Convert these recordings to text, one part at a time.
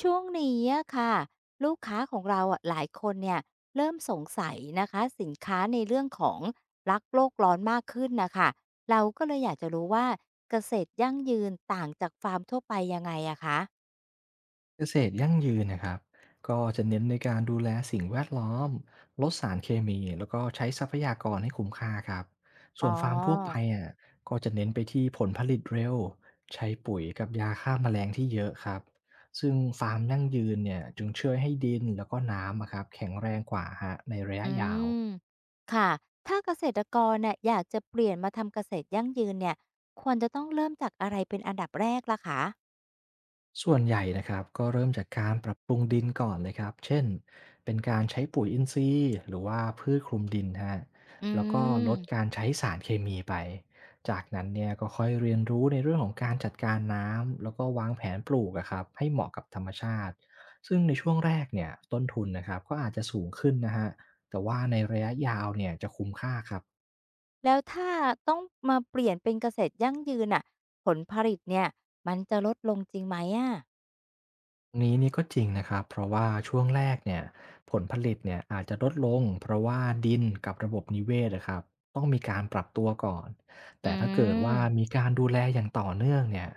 ช่วงนี้อะค่ะลูกค้าของเราอะหลายคนเนี่ยเริ่มสงสัยนะคะสินค้าในเรื่องของรักโลกร้อนมากขึ้นนะคะเราก็เลยอยากจะรู้ว่าเกษตรยั่งยืนต่างจากฟาร์มทั่วไปยังไงอะคะเกษตรยั่งยืนนะครับก็จะเน้นในการดูแลสิ่งแวดล้อมลดสารเคมีแล้วก็ใช้ทรัพยากรให้คุ้มค่าครับอ๋ส่อวนฟาร์มทั่วไปอ่ะก็จะเน้นไปที่ผลผลิตเร็วใช้ปุ๋ยกับยาฆ่าแมลงที่เยอะครับซึ่งฟาร์มยั่งยืนเนี่ยจึงช่วยให้ดินแล้วก็น้ำอะครับแข็งแรงกว่าฮะในระยะอืยาว มค่ะถ้าเกษตรกรเนี่ยอยากจะเปลี่ยนมาทำเกษตรยั่งยืนเนี่ยควรจะต้องเริ่มจากอะไรเป็นอันดับแรกล่ะคะส่วนใหญ่นะครับก็เริ่มจากการปรับปรุงดินก่อนเลยครับเช่นเป็นการใช้ปุ๋ยอินทรีย์หรือว่าพืชคลุมดินฮะอืแล้วก็ลดกาม รใช้สารเคมีไปจากนั้นเนี่ยก็ค่อยเรียนรู้ในเรื่องของการจัดการน้ำแล้วก็วางแผนปลูกอะครับให้เหมาะกับธรรมชาติซึ่งในช่วงแรกเนี่ยต้นทุนนะครับก็อาจจะสูงขึ้นนะฮะแต่ว่าในระยะยาวเนี่ยจะคุ้มค่าครับ แล้วถ้าต้องมาเปลี่ยนเป็นเกษตรยั่งยืนน่ะผลผลิตเนี่ยมันจะลดลงจริงไหมอะตรงนี้นี่ก็จริงนะครับเพราะว่าช่วงแรกเนี่ยผลผลิตเนี่ยอาจจะลดลงเพราะว่าดินกับระบบนิเวศนะครับต้องมีการปรับตัวก่อนอืแต่ถ้าเกิดว่ามมีการดูแลอย่างต่อเนื่องเนี่ย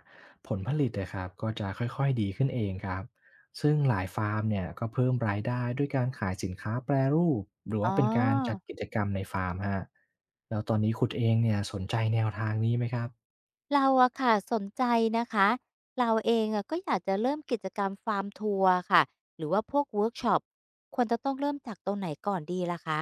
ผลผลิตนะครับก็จะค่อยๆดีขึ้นเองครับซึ่งหลายฟาร์มเนี่ยก็เพิ่มรายได้ด้วยการขายสินค้าแปรรูปหรืออ๋ว่าเป็นการจัดอกิจกรรมในฟาร์มฮะแล้วตอนนี้คุณเองเนี่ยสนใจแนวทางนี้ไหมครับ เราอะค่ะสนใจนะคะเราเองอะก็อยากจะเริ่มกิจกรรมฟาร์มทัวร์อค่ะหรือว่าพวกเวิร์กช็อปควรจะต้องเริ่มจากตรงไหนก่อนดีล่ะคะ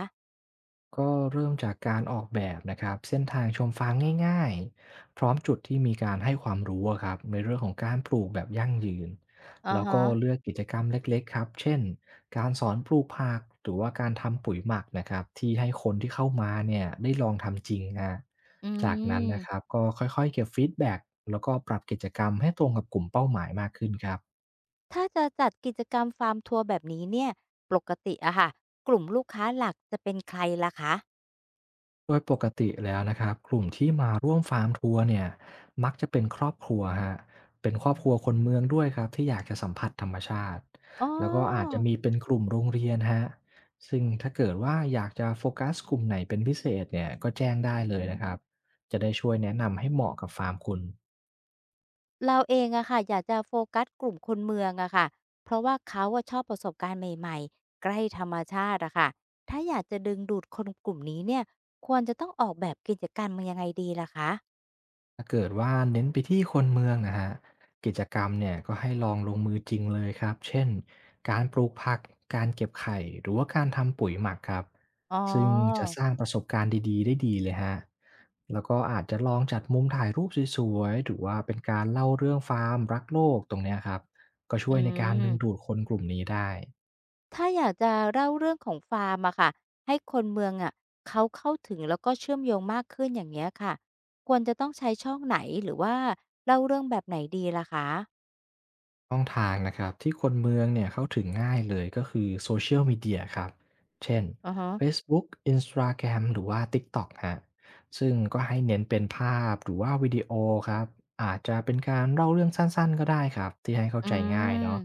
ก็เริ่มจากการออกแบบนะครับเส้นทางชมฟางง่ายๆพร้อมจุดที่มีการให้ความรู้อะครับในเรื่องของการปลูกแบบยั่งยืนอะแล้วฮะก็เลือกกิจกรรมเล็กๆครับเช่นการสอนปลูกผักหรือว่าการทำปุ๋ยหมักนะครับที่ให้คนที่เข้ามาเนี่ยได้ลองทำจริงนะอืจากนั้นนะครับมก็ค่อยๆเก็บฟีดแบ็กแล้วก็ปรับกิจกรรมให้ตรงกับกลุ่มเป้าหมายมากขึ้นครับ ถ้าจะจัดกิจกรรมฟาร์มทัวร์แบบนี้เนี่ยปกติอะค่ะกลุ่มลูกค้าหลักจะเป็นใครล่ะคะโดยปกติแล้วนะครับกลุ่มที่มาร่วมฟาร์มทัวร์เนี่ยมักจะเป็นครอบครัวฮะเป็นครอบครัวคนเมืองด้วยครับที่อยากจะสัมผัสธรรมชาติอ๋อ แล้วก็อาจจะมีเป็นกลุ่มโรงเรียนฮะซึ่งถ้าเกิดว่าอยากจะโฟกัสกลุ่มไหนเป็นพิเศษเนี่ยก็แจ้งได้เลยนะครับจะได้ช่วยแนะนำให้เหมาะกับฟาร์มคุณ เราเองอะค่ะอยากจะโฟกัสกลุ่มคนเมืองอะค่ะเพราะว่าเขาอะชอบประสบการณ์ใหม่ๆใกล้ธรรมชาติอะค่ะถ้าอยากจะดึงดูดคนกลุ่มนี้เนี่ยควรจะต้องออกแบบกิจกรรมยังไงดีล่ะคะถ้าเกิดว่าเน้นไปที่คนเมืองนะฮะกิจกรรมเนี่ยก็ให้ลองลงมือจริงเลยครับเช่นการปลูกผักการเก็บไข่หรือว่าการทำปุ๋ยหมักครับอ๋อซึ่งจะสร้างประสบการณ์ดีๆได้ดีเลยฮะแล้วก็อาจจะลองจัดมุมถ่ายรูปสวยๆหรือว่าเป็นการเล่าเรื่องฟาร์มรักโลกตรงเนี้ยครับก็ช่อืวยในการดึงดูมดคนกลุ่มนี้ได้ ถ้าอยากจะเล่าเรื่องของฟาร์มอะค่ะให้คนเมืองอะเขาเข้าถึงแล้วก็เชื่อมโยงมากขึ้นอย่างเงี้ยค่ะควรจะต้องใช้ช่องไหนหรือว่าเล่าเรื่องแบบไหนดีล่ะคะช่องทางนะครับที่คนเมืองเนี่ยเข้าถึงง่ายเลยก็คือโซเชียลมีเดียครับเช่น อะฮะ Facebook Instagram หรือว่า TikTok ฮะซึ่งก็ให้เน้นเป็นภาพหรือว่าวิดีโอครับอาจจะเป็นการเล่าเรื่องสั้นๆก็ได้ครับที่ให้เข้าอืใจง่ายม เนาะ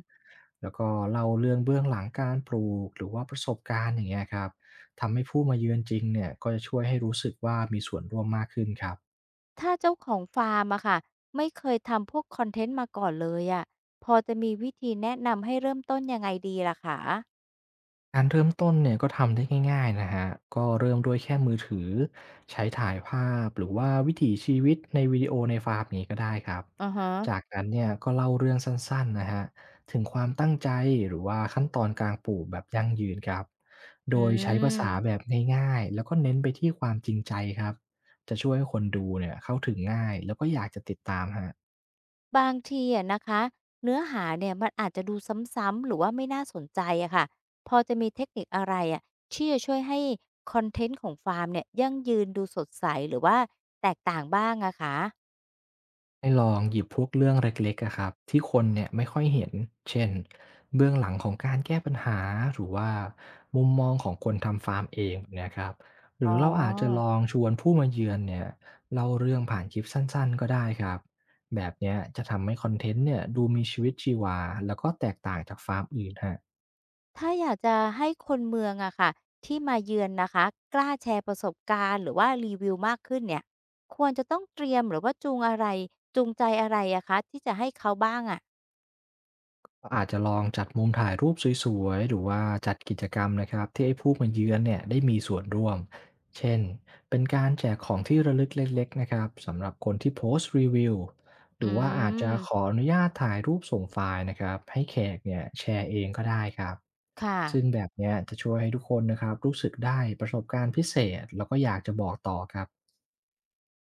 แล้วก็เล่าเรื่องเบื้องหลังการปลูกหรือว่าประสบการณ์อย่างเงี้ยครับทำให้ผู้มาเยือนจริงเนี่ยก็จะช่วยให้รู้สึกว่ามีส่วนร่วมมากขึ้นครับ ถ้าเจ้าของฟาร์มอะค่ะไม่เคยทำพวกคอนเทนต์มาก่อนเลยอะพอจะมีวิธีแนะนำให้เริ่มต้นยังไงดีล่ะคะการเริ่มต้นเนี่ยก็ทำได้ง่ายๆนะฮะก็เริ่มด้วยแค่มือถือใช้ถ่ายภาพหรือว่าวิถีชีวิตในวิดีโอในฟาร์มนี้ก็ได้ครับ อะฮะจากนั้นเนี่ยก็เล่าเรื่องสั้นๆนะฮะถึงความตั้งใจหรือว่าขั้นตอนการปลูกแบบยั่งยืนครับ อืโดยใช้ภาษาแบมบง่ายๆแล้วก็เน้นไปที่ความจริงใจครับจะช่วยให้คนดูเนี่ยเข้าถึงง่ายแล้วก็อยากจะติดตามฮะ บางทีอะนะคะเนื้อหาเนี่ยมันอาจจะดูซ้ำๆหรือว่าไม่น่าสนใจอะค่ะพอจะมีเทคนิคอะไรอะที่จะช่วยให้คอนเทนต์ของฟาร์มเนี่ยยั่งยืนดูสดใสหรือว่าแตกต่างบ้างอะคะให้ลองหยิบพวกเรื่องเล็กๆอะครับที่คนเนี่ยไม่ค่อยเห็น เช่นเบื้องหลังของการแก้ปัญหา หรือว่ามุมมองของคนทำฟาร์มเองแบบเนะครับหรือ๋ออ เราอาจจะลองชวนผู้มาเยือนเนี่ยเล่าเรื่องผ่านคลิปสั้นๆก็ได้ครับแบบเนี้ยจะทำให้คอนเทนต์เนี่ยดูมีชีวิตชีวาแล้วก็แตกต่างจากฟาร์มอื่นฮะ ถ้าอยากจะให้คนเมืองอะค่ะที่มาเยือนนะคะกล้าแชร์ประสบการณ์หรือว่ารีวิวมากขึ้นเนี่ยควรจะต้องเตรียมหรือว่าจูงใจอะไรอะคะที่จะให้เขาบ้างอะก็อาจจะลองจัดมุมถ่ายรูปสวยๆหรือว่าจัดกิจกรรมนะครับที่ให้ผู้มาเยือนเนี่ยได้มีส่วนร่วม เช่น เป็นการแจกของที่ระลึกเล็กๆนะครับสำหรับคนที่โพสต์รีวิวหอืรือว่าอาจจะขอมอนุญาตถ่ายรูปส่งไฟล์นะครับให้แขกเนี่ยแชร์เองก็ได้ครับซึ่งค่ะแบบเนี้ยจะช่วยให้ทุกคนนะครับรู้สึกได้ประสบการณ์พิเศษแล้วก็อยากจะบอกต่อครับ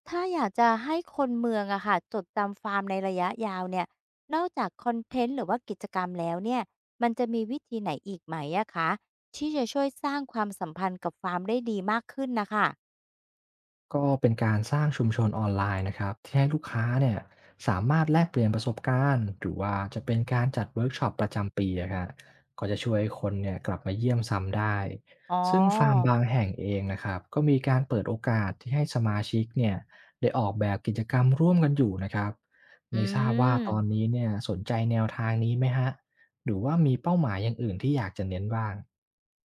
ถ้าอยากจะให้คนเมืองอะค่ะจดจำฟาร์มในระยะยาวเนี่ยนอกจากคอนเทนต์หรือว่ากิจกรรมแล้วเนี่ยมันจะมีวิธีไหนอีกไหมอะคะที่จะช่วยสร้างความสัมพันธ์กับฟาร์มได้ดีมากขึ้นนะคะก็เป็นการสร้างชุมชนออนไลน์นะครับที่ให้ลูกค้าเนี่ยสามารถแลกเปลี่ยนประสบการณ์หรือว่าจะเป็นการจัดเวิร์กช็อปประจำปีนะครับก็จะช่วยให้คนเนี่ยกลับมาเยี่ยมซ้ำได้อ๋อซึ่งฟาร์มบางแห่งเองนะครับก็มีการเปิดโอกาสที่ให้สมาชิกเนี่ยได้ออกแบบกิจกรรมร่วมกันอยู่นะครับอืไม่ทราบว่าตอนม นี้เนี่ยสนใจแนวทางนี้ไหมฮะหรือว่ามีเป้าหมายอย่างอื่นที่อยากจะเน้นบ้าง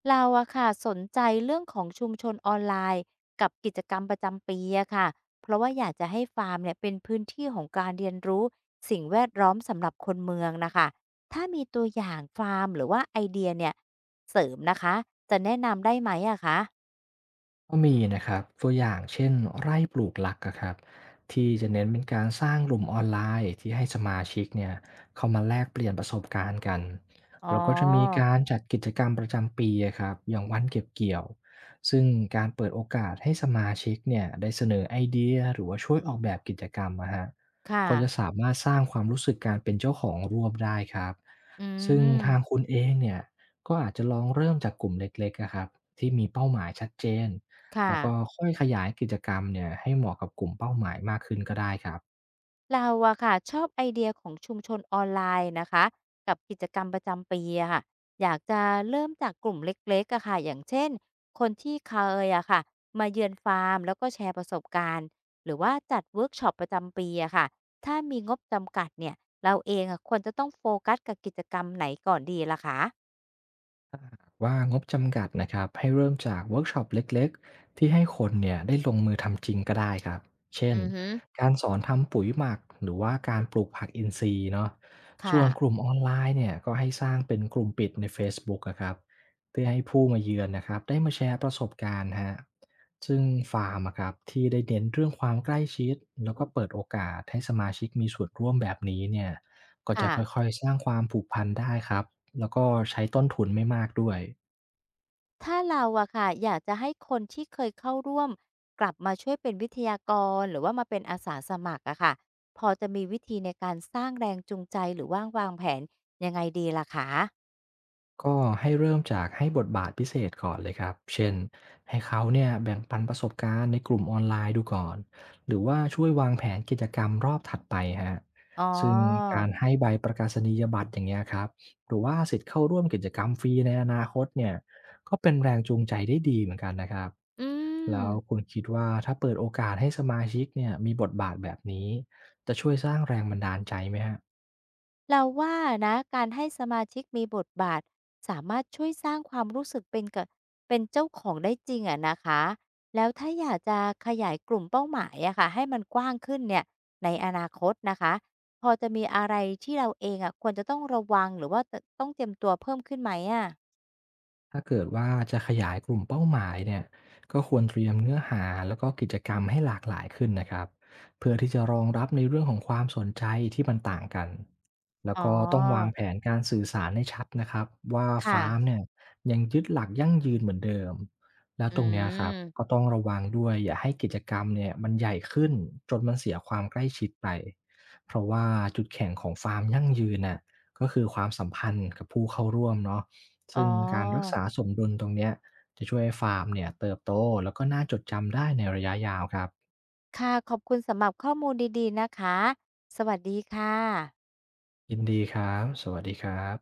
เราอะค่ะสนใจเรื่องของชุมชนออนไลน์กับกิจกรรมประจำปีอะค่ะเพราะว่าอยากจะให้ฟาร์มเนี่ยเป็นพื้นที่ของการเรียนรู้สิ่งแวดล้อมสำหรับคนเมืองนะคะถ้ามีตัวอย่างฟาร์มหรือว่าไอเดียเนี่ยเสริมนะคะจะแนะนำได้ไหมอะคะก็มีนะครับตัวอย่างเช่นไร่ปลูกหลักอะครับที่จะเน้นเป็นการสร้างกลุ่มออนไลน์ที่ให้สมาชิกเนี่ยเข้ามาแลกเปลี่ยนประสบการณ์กันอ๋แล้วก็จะมีอการจัดกิจกรรมประจำปีอะครับอย่างวันเก็บเกี่ยวซึ่งการเปิดโอกาสให้สมาชิกเนี่ยได้เสนอไอเดียหรือว่าช่วยออกแบบกิจกรรมนะฮะค่ะก็จะสามารถสร้างความรู้สึกการเป็นเจ้าของร่วมได้ครับอืซึ่งทางมคุณเองเนี่ยก็อาจจะลองเริ่มจากกลุ่มเล็กๆอะครับที่มีเป้าหมายชัดเจน ค่ะ แล้วก็ค่อยขยายกิจกรรมเนี่ยให้เหมาะกับกลุ่มเป้าหมายมากขึ้นก็ได้ครับ เราอะค่ะชอบไอเดียของชุมชนออนไลน์นะคะกับกิจกรรมประจำปีอะค่ะอยากจะเริ่มจากกลุ่มเล็กๆอะค่ะอย่างเช่นคนที่เคยอะค่ะมาเยือนฟาร์มแล้วก็แชร์ประสบการณ์หรือว่าจัดเวิร์กช็อปประจำปีอะค่ะถ้ามีงบจำกัดเนี่ยเราเองอะควรจะต้องโฟกัสกับกิจกรรมไหนก่อนดีล่ะคะว่างบจำกัดนะครับให้เริ่มจากเวิร์กช็อปเล็กๆที่ให้คนเนี่ยได้ลงมือทำจริงก็ได้ครับเช่นอือฮึการสอนทำปุ๋ยหมักหรือว่าการปลูกผักอินทรีย์เนาะส่ค่ะวนกลุ่มออนไลน์เนี่ยก็ให้สร้างเป็นกลุ่มปิดใน Facebook อะครับเพื่อให้ผู้มาเยือนนะครับได้มาแชร์ประสบการณ์ฮะซึ่งฟาร์มอะครับที่ได้เน้นเรื่องความใกล้ชิดแล้วก็เปิดโอกาสให้สมาชิกมีส่วนร่วมแบบนี้เนี่ยก็จะค่ะ ค่อยๆสร้างความผูกพันได้ครับ แล้วก็ใช้ต้นทุนไม่มากด้วย ถ้าเราอะค่ะอยากจะให้คนที่เคยเข้าร่วมกลับมาช่วยเป็นวิทยากรหรือว่ามาเป็นอาสาสมัครอะค่ะพอจะมีวิธีในการสร้างแรงจูงใจหรือว่างวางแผนยังไงดีล่ะคะก็ให้เริ่มจากให้บทบาทพิเศษก่อนเลยครับ เช่นให้เขาเนี่ยแบ่งปันประสบการณ์ในกลุ่มออนไลน์ดูก่อน หรือว่าช่วยวางแผนกิจกรรมรอบถัดไปฮะอ๋อซึ่งการให้ใบประกาศนียบัตรอย่างเงี้ยครับ หรือว่าสิทธิ์เข้าร่วมกิจกรรมฟรีในอนาคตเนี่ยก็เป็นแรงจูงใจได้ดีเหมือนกันนะครับอืม แล้วคุณคิดว่าถ้าเปิดโอกาสให้สมาชิกเนี่ยมีบทบาทแบบนี้จะช่วยสร้างแรงบันดาลใจไหมฮะ เราว่านะการให้สมาชิกมีบทบาทสามารถช่วยสร้างความรู้สึกเป็นเจ้าของได้จริงอะนะคะแล้วถ้าอยากจะขยายกลุ่มเป้าหมายอะค่ะให้มันกว้างขึ้นเนี่ยในอนาคตนะคะพอจะมีอะไรที่เราเองอะควรจะต้องระวังหรือว่าจะต้องเตรียมตัวเพิ่มขึ้นไหมอะถ้าเกิดว่าจะขยายกลุ่มเป้าหมายเนี่ยก็ควรเตรียมเนื้อหาแล้วก็กิจกรรมให้หลากหลายขึ้นนะครับเพื่อที่จะรองรับในเรื่องของความสนใจที่มันต่างกันแล้วอ๋ก็ต้องวางอแผนการสื่อสารให้ชัดนะครับว่าค่ะฟาร์มเนี่ยยังยึดหลักยั่งยืนเหมือนเดิมแล้วอืตรงเนี้ยครับก็มต้องระวังด้วยอย่าให้กิจกรรมเนี่ยมันใหญ่ขึ้นจนมันเสียความใกล้ชิดไปเพราะว่าจุดแข็งของฟาร์มยั่งยืนน่ะก็คือความสัมพันธ์กับผู้เข้าร่วมเนาะ อ๋ซึ่งการรักอษาสมดุลตรงเนี้ยจะช่วยให้ฟาร์มเนี่ยเติบโตแล้วก็น่าจดจำได้ในระยะยาวครับค่ะขอบคุณสำหรับข้อมูลดีๆนะคะสวัสดีค่ะยินดีครับสวัสดีครับ